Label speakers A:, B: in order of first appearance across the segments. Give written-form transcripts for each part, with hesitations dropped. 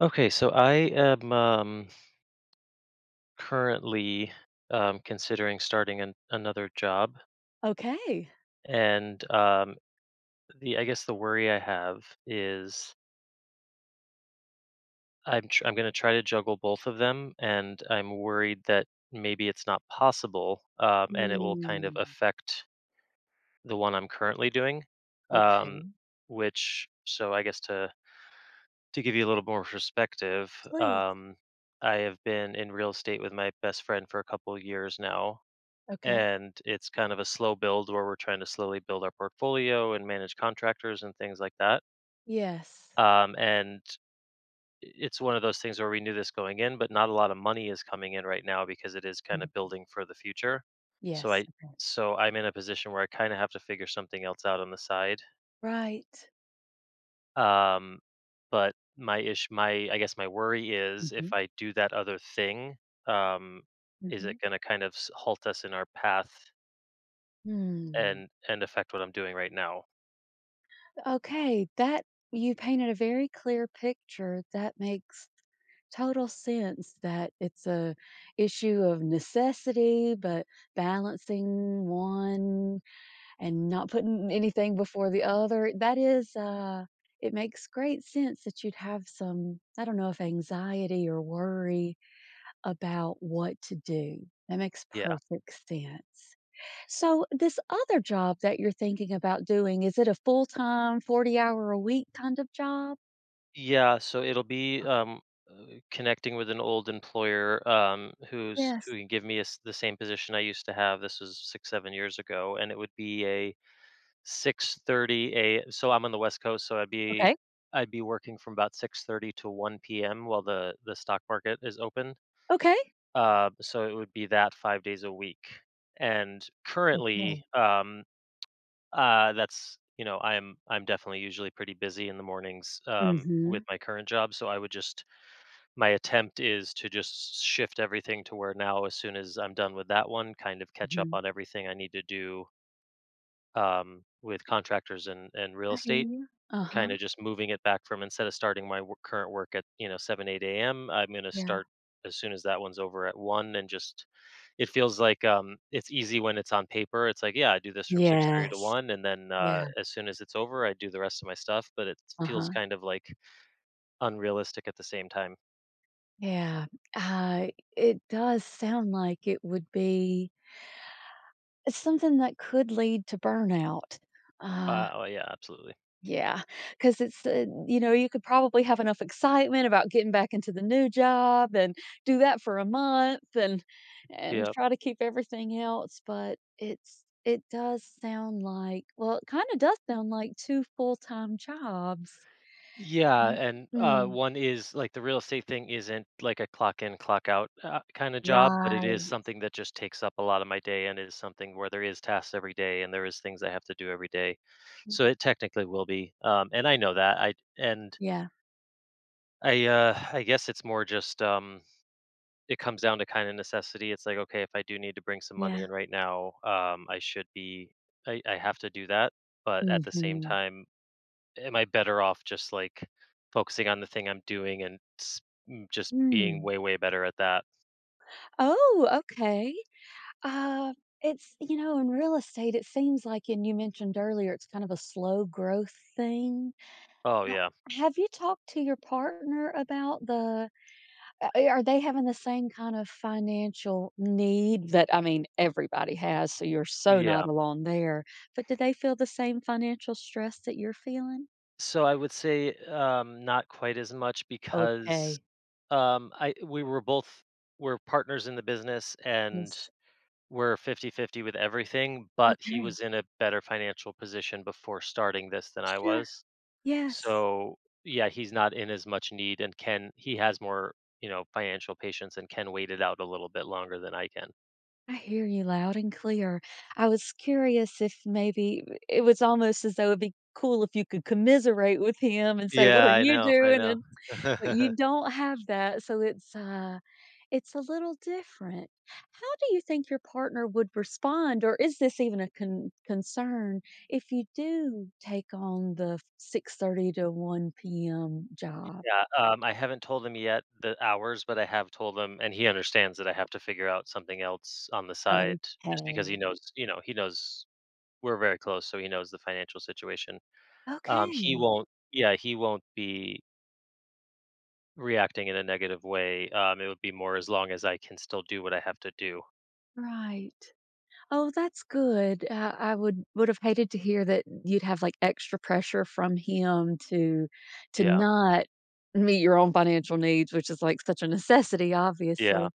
A: Okay, so I am currently, considering starting another job,
B: Okay.
A: and the I guess the worry I have is, I'm going to try to juggle both of them, and I'm worried that maybe it's not possible, and it will kind of
B: Mm.
A: affect the one I'm currently doing. Um,
B: Okay.
A: so I guess to give you a little more perspective,
B: Please.
A: um, I have been in real estate with my best friend for a couple of years now,
B: Okay.
A: and it's kind of a slow build where we're trying to slowly build our portfolio and manage contractors and things like that.
B: Yes.
A: And it's one of those things where we knew this going in, but not a lot of money is coming in right now because it is kind of
B: Mm.
A: building for the future. So
B: Yes.
A: I so I'm in a position where I kind of have to figure something else out on the side.
B: Right.
A: Um, but my ish my I guess my worry is, if
B: Mhm.
A: I do that other thing, um, is
B: Mhm.
A: it going to kind of halt us in our path
B: Hmm.
A: and affect what I'm doing right now?
B: Okay, that you painted a very clear picture. That makes total sense that it's a issue of necessity, but balancing one and not putting anything before the other. It makes great sense that you'd have some, I don't know if anxiety or worry about what to do. That makes
A: Yeah.
B: perfect sense. So, this other job that you're thinking about doing, is it a full time, 40-hour hour a week kind of job?
A: Yeah, so it'll be, uh, connecting with an old employer, who
B: Yes.
A: can give me a s the same position I used to have. This was six, 7 years ago, and it would be a 6:30 a. So I'm on the West Coast, so
B: Okay.
A: I'd be working from about 6:30 to 1 p.m. while the stock market is open.
B: Okay.
A: So it would be that 5 days a week. And currently,
B: Okay.
A: that's, I'm definitely usually pretty busy in the mornings,
B: Mm-hmm.
A: with my current job, so I would just, my attempt is to just shift everything to where now, as soon as I'm done with that one, kind of catch up
B: hmm
A: on everything I need to do, with contractors and real
B: I hear
A: estate.
B: you. Uh huh.
A: Kind of just moving it back from, instead of starting current work at, 7, 8 a.m. I'm going to
B: Yeah.
A: start as soon as that one's over at one, and just, it feels like, it's easy when it's on paper. It's like, yeah, I do this from 6:30 to
B: Yes.
A: one, and then,
B: Yeah.
A: as soon as it's over, I do the rest of my stuff. But it
B: Uh
A: feels
B: huh.
A: kind of like unrealistic at the same time.
B: Yeah. Uh, it does sound like it would be something that could lead to burnout. Uh,
A: Oh yeah, absolutely.
B: Yeah, because you could probably have enough excitement about getting back into the new job and do that for a month and
A: Yeah.
B: try to keep everything else, but it does sound like, well, it kinda does sound like 2 full-time jobs.
A: Yeah, and,
B: Mm,
A: one is like, the real estate thing isn't like a clock in, clock out, kind of job, but it
B: right.
A: is something that just takes up a lot of my day, and is something where there is tasks every day and there is things I have to do every day.
B: Mm,
A: So it technically will be, and I know that. I and
B: yeah,
A: I I guess it's more just, it comes down to kind of necessity. It's like, okay, if I do need to bring some money
B: yeah.
A: in right now, I should be I have to do that, but at the same
B: Mhm.
A: time, am I better off just like focusing on the thing I'm doing just being
B: Mm.
A: way, way better at that?
B: Oh, okay. Uh, it's, in real estate, it seems like, and you mentioned earlier, it's kind of a slow growth thing.
A: Oh,
B: Uh,
A: yeah.
B: have you talked to your partner about are they having the same kind of financial need that, I mean, everybody has, so you're so not
A: Yeah.
B: alone there, but do they feel the same financial stress that you're feeling?
A: So I would say, not quite as much, because,
B: Okay.
A: I we were both we're partners in the business, and
B: Yes.
A: we're 50/50 with everything, but he
B: Okay.
A: was in a better financial position before starting this than I
B: Sure.
A: was.
B: Yes.
A: So yeah, he's not in as much need, and can he has more, financial patience, and can wait it out a little bit longer than I can.
B: I hear you loud and clear. I was curious if maybe, it was almost as though it'd be cool if you could commiserate with him and say, "What
A: Yeah,
B: are
A: I
B: you
A: know, I
B: doing?"
A: know.
B: and but you don't have that, so it's a little different. How do you think your partner would respond, or is this even a concern if you do take on the 6:30 to 1 p.m. job?
A: Yeah, I haven't told him yet the hours, but I have told him and he understands that I have to figure out something else on the side, just because he
B: Okay.
A: knows, he knows we're very close, so he knows the financial situation. He
B: Okay.
A: won't. Yeah, he won't be reacting in a negative way. It would be more, as long as I can still do what I have to do.
B: Right. Oh, that's good. I would have hated to hear that you'd have, like, extra pressure from him to
A: Yeah.
B: not meet your own financial needs, which is, like, such a necessity,
A: Yeah.
B: obviously.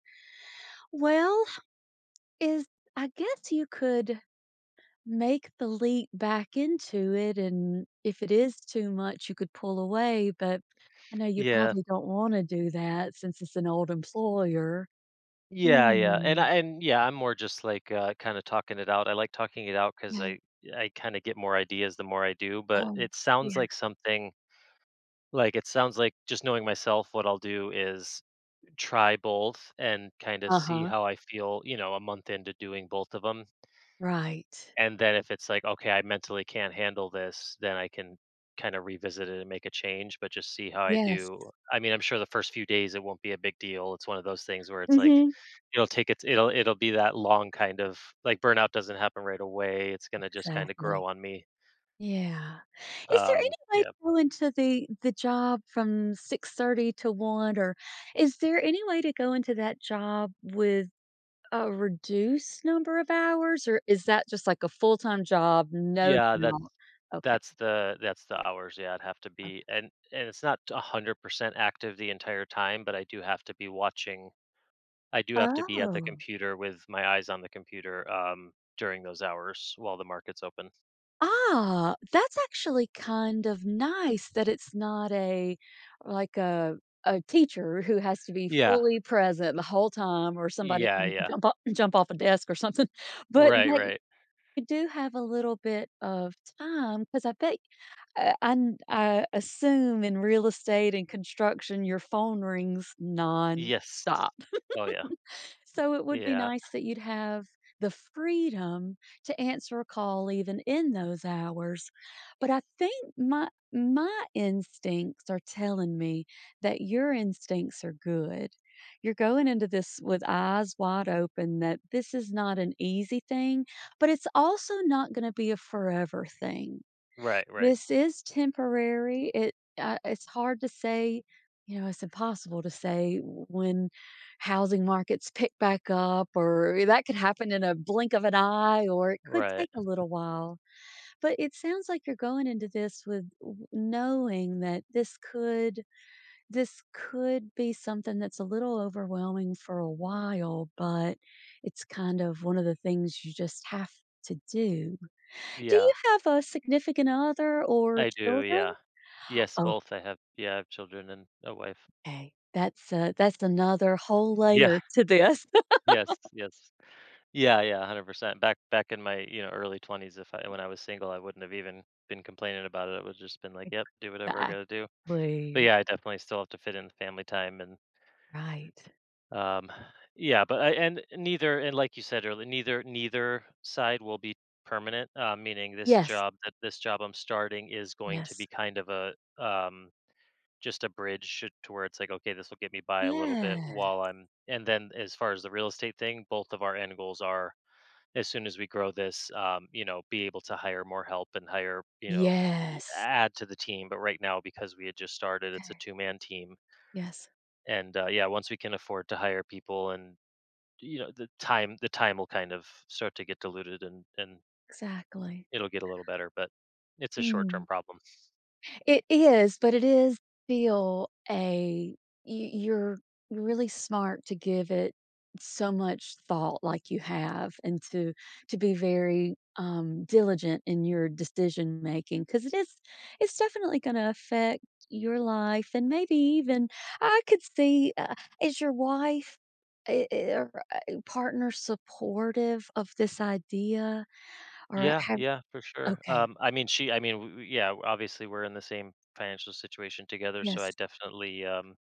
B: Well, is I guess you could make the leap back into it, and if it is too much, you could pull away, but I know you
A: Yeah.
B: probably don't wanna do that since it's an old employer.
A: Yeah, yeah. And
B: Mm,
A: I and yeah, I'm more just like, kind of talking it out. I like talking it out cuz
B: right,
A: I kind of get more ideas the more I do,
B: of
A: but it
B: course,
A: sounds
B: yeah.
A: like something, like, it sounds like just knowing myself what I'll do is, try both and kind of see
B: Uh-huh,
A: how I feel, a month into doing both of them,
B: right.
A: and then if it's like, okay, I mentally can't handle this, then I can kind of revisit it and make a change, but just see how I
B: Yes,
A: do. I mean, I'm sure the first few days it won't be a big deal. It's one of those things where it's like
B: mhm,
A: it'll take its it'll it'll be that long, kind of like burnout doesn't happen right away. It's gonna just kind of grow
B: exactly.
A: on me.
B: Yeah. Is there any
A: Um
B: way to
A: yeah.
B: go into the job from 6:30 to 1, or is there any way to go into that job with a reduced number of hours, or is that just like a full-time job, no
A: Yeah,
B: doubt? Okay,
A: that's the hours. Yeah, I'd have to
B: okay.
A: be, and it's not 100% active the entire time, but I do have to be watching, I do have to be at the
B: Oh.
A: computer with my eyes on the computer, during those hours while the market's open.
B: Ah, that's actually kind of nice that it's not a like a teacher who has to be
A: Yeah,
B: fully present the whole time, or somebody
A: yeah,
B: can
A: yeah.
B: jump off a desk or something, but
A: Right,
B: that
A: right.
B: you do have a little bit of time because I bet, uh, I assume in real estate and construction, your phone rings
A: Yes.
B: nonstop.
A: Oh yeah,
B: So it would be
A: yeah.
B: nice that you'd have the freedom to answer a call even in those hours. But I think my instincts are telling me that your instincts are good. You're going into this with eyes wide open that this is not an easy thing, but it's also not going to be a forever thing.
A: Right, right,
B: This is temporary. It's hard to say, it's impossible to say when housing markets pick back up, or that could happen in a blink of an eye, or it could
A: right.
B: take a little while. But it sounds like you're going into this with knowing that this could be something that's a little overwhelming for a while, but it's kind of one of the things you just have to do. Do
A: Yeah,
B: you have a significant other or
A: I do.
B: children?
A: Yeah. Yes, both. I have. Yeah, I have children and a wife.
B: Okay, that's another whole
A: Yeah.
B: layer to this.
A: Yes. Yes. Yeah. Yeah. 100%. Back in my, you know, early 20s, if I when I was single, I wouldn't have even been complaining about it. I would have just been like, yep, do whatever I got to do. But
B: Exactly,
A: yeah, I definitely still have to fit in the family time, and
B: right.
A: Um, yeah, but I, and neither, and, like you said earlier, neither side will be permanent. Meaning,
B: Yes.
A: this job I'm starting is going to be
B: Yes.
A: kind of a, um, just a bridge to where it's like, okay, this will get me by a little bit
B: Yeah.
A: while I'm. And then, as far as the real estate thing, both of our end goals are, as soon as we grow this, you know, be able to hire more help, and hire, you know, y-
B: Yes.
A: add to the team. But right now, because we had just started, it's a
B: Okay,
A: two-man team,
B: yes,
A: and, yeah, once we can afford to hire people and, you know, the time will kind of start to get diluted, and
B: exactly.
A: it'll get a little better, but it's a short-term
B: Hmm.
A: problem.
B: It is, but it is still a you you're really smart to give it so much thought like you have, and to be very diligent in your decision making, because it's definitely going to affect your life, and maybe even I could see, is your wife, or partner supportive of this idea, or
A: Yeah,
B: have.
A: yeah, for sure.
B: Okay,
A: I mean, she I mean, w w yeah, obviously, we're in the same financial situation together, so I
B: yes.
A: definitely, um,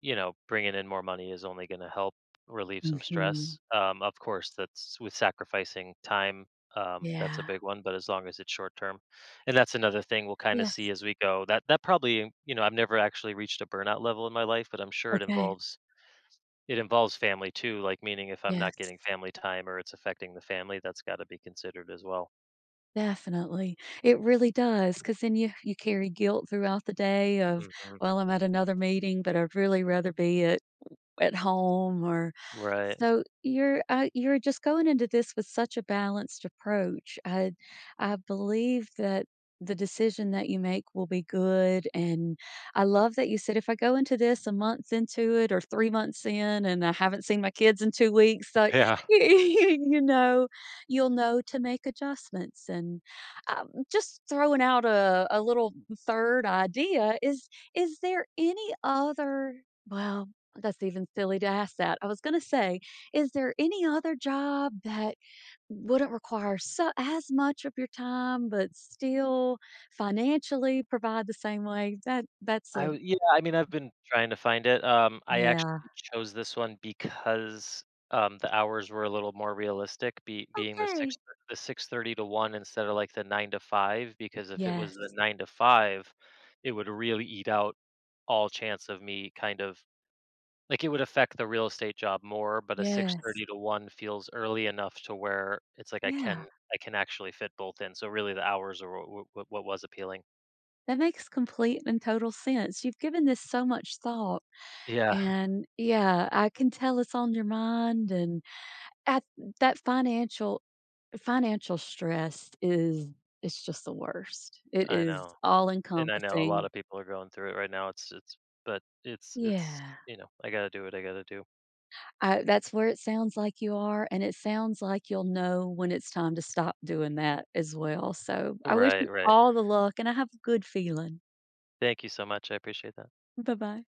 A: you know, bringing in more money is only gonna help relieve some
B: Hmm.
A: stress. Of course, that's with sacrificing time, that's a
B: Yeah,
A: big one, but as long as it's short term. And that's another thing we'll kinda
B: yes.
A: see as we go. That that probably you know, I've never actually reached a burnout level in my life, but I'm sure it
B: Okay.
A: involves It involves family too, like, meaning if I'm not
B: Yes,
A: getting family time or it's affecting the family, that's gotta be considered as well.
B: definitely. It really does, because then you carry guilt throughout the day of,
A: Mhm.
B: "Well, I'm at another meeting, but I'd really rather be at home or"
A: Right.
B: so you're just going into this with such a balanced approach. I believe that the decision that you make will be good, and I love that you said if I go into this a month into it, or 3 months in, and I haven't seen my kids in 2 weeks, like,
A: Yeah.
B: you know you'll know to make adjustments, and just throwing out a little third idea is there any other, well, that's even silly to ask that. I was gonna say, is there any other job that wouldn't require so as much of your time, but still financially provide the same way? That's
A: I
B: a.
A: w Yeah, I mean, I've been trying to find it. I actually
B: Yeah.
A: chose this one because, the hours were a little more realistic, be being
B: Okay.
A: the 6:30 to 1, instead of, like, the 9 to 5, because if it was the
B: Yes.
A: 9 to 5, it would really eat out all chance of me kind of. Like, it would affect the real estate job more, but a
B: Yes.
A: 6:30 to 1 feels early enough to where it's like
B: Yeah.
A: I can actually fit both in, so really the hours are what was appealing.
B: That makes complete and total sense. You've given this so much thought.
A: Yeah,
B: And yeah, I can tell it's on your mind, and at that financial financial stress is it's just the worst. It
A: I
B: is
A: know,
B: all
A: and I know a lot
B: encompassing.
A: of people are going through it right now, it's, but it's,
B: Yeah.
A: I gotta do what I gotta do.
B: I That's where it sounds like you are, and it sounds like you'll know when it's time to stop doing that as well, so I wish
A: Right,
B: you
A: right.
B: all the luck, and I have a good feeling.
A: Thank you so much, I appreciate that.
B: Bye-bye.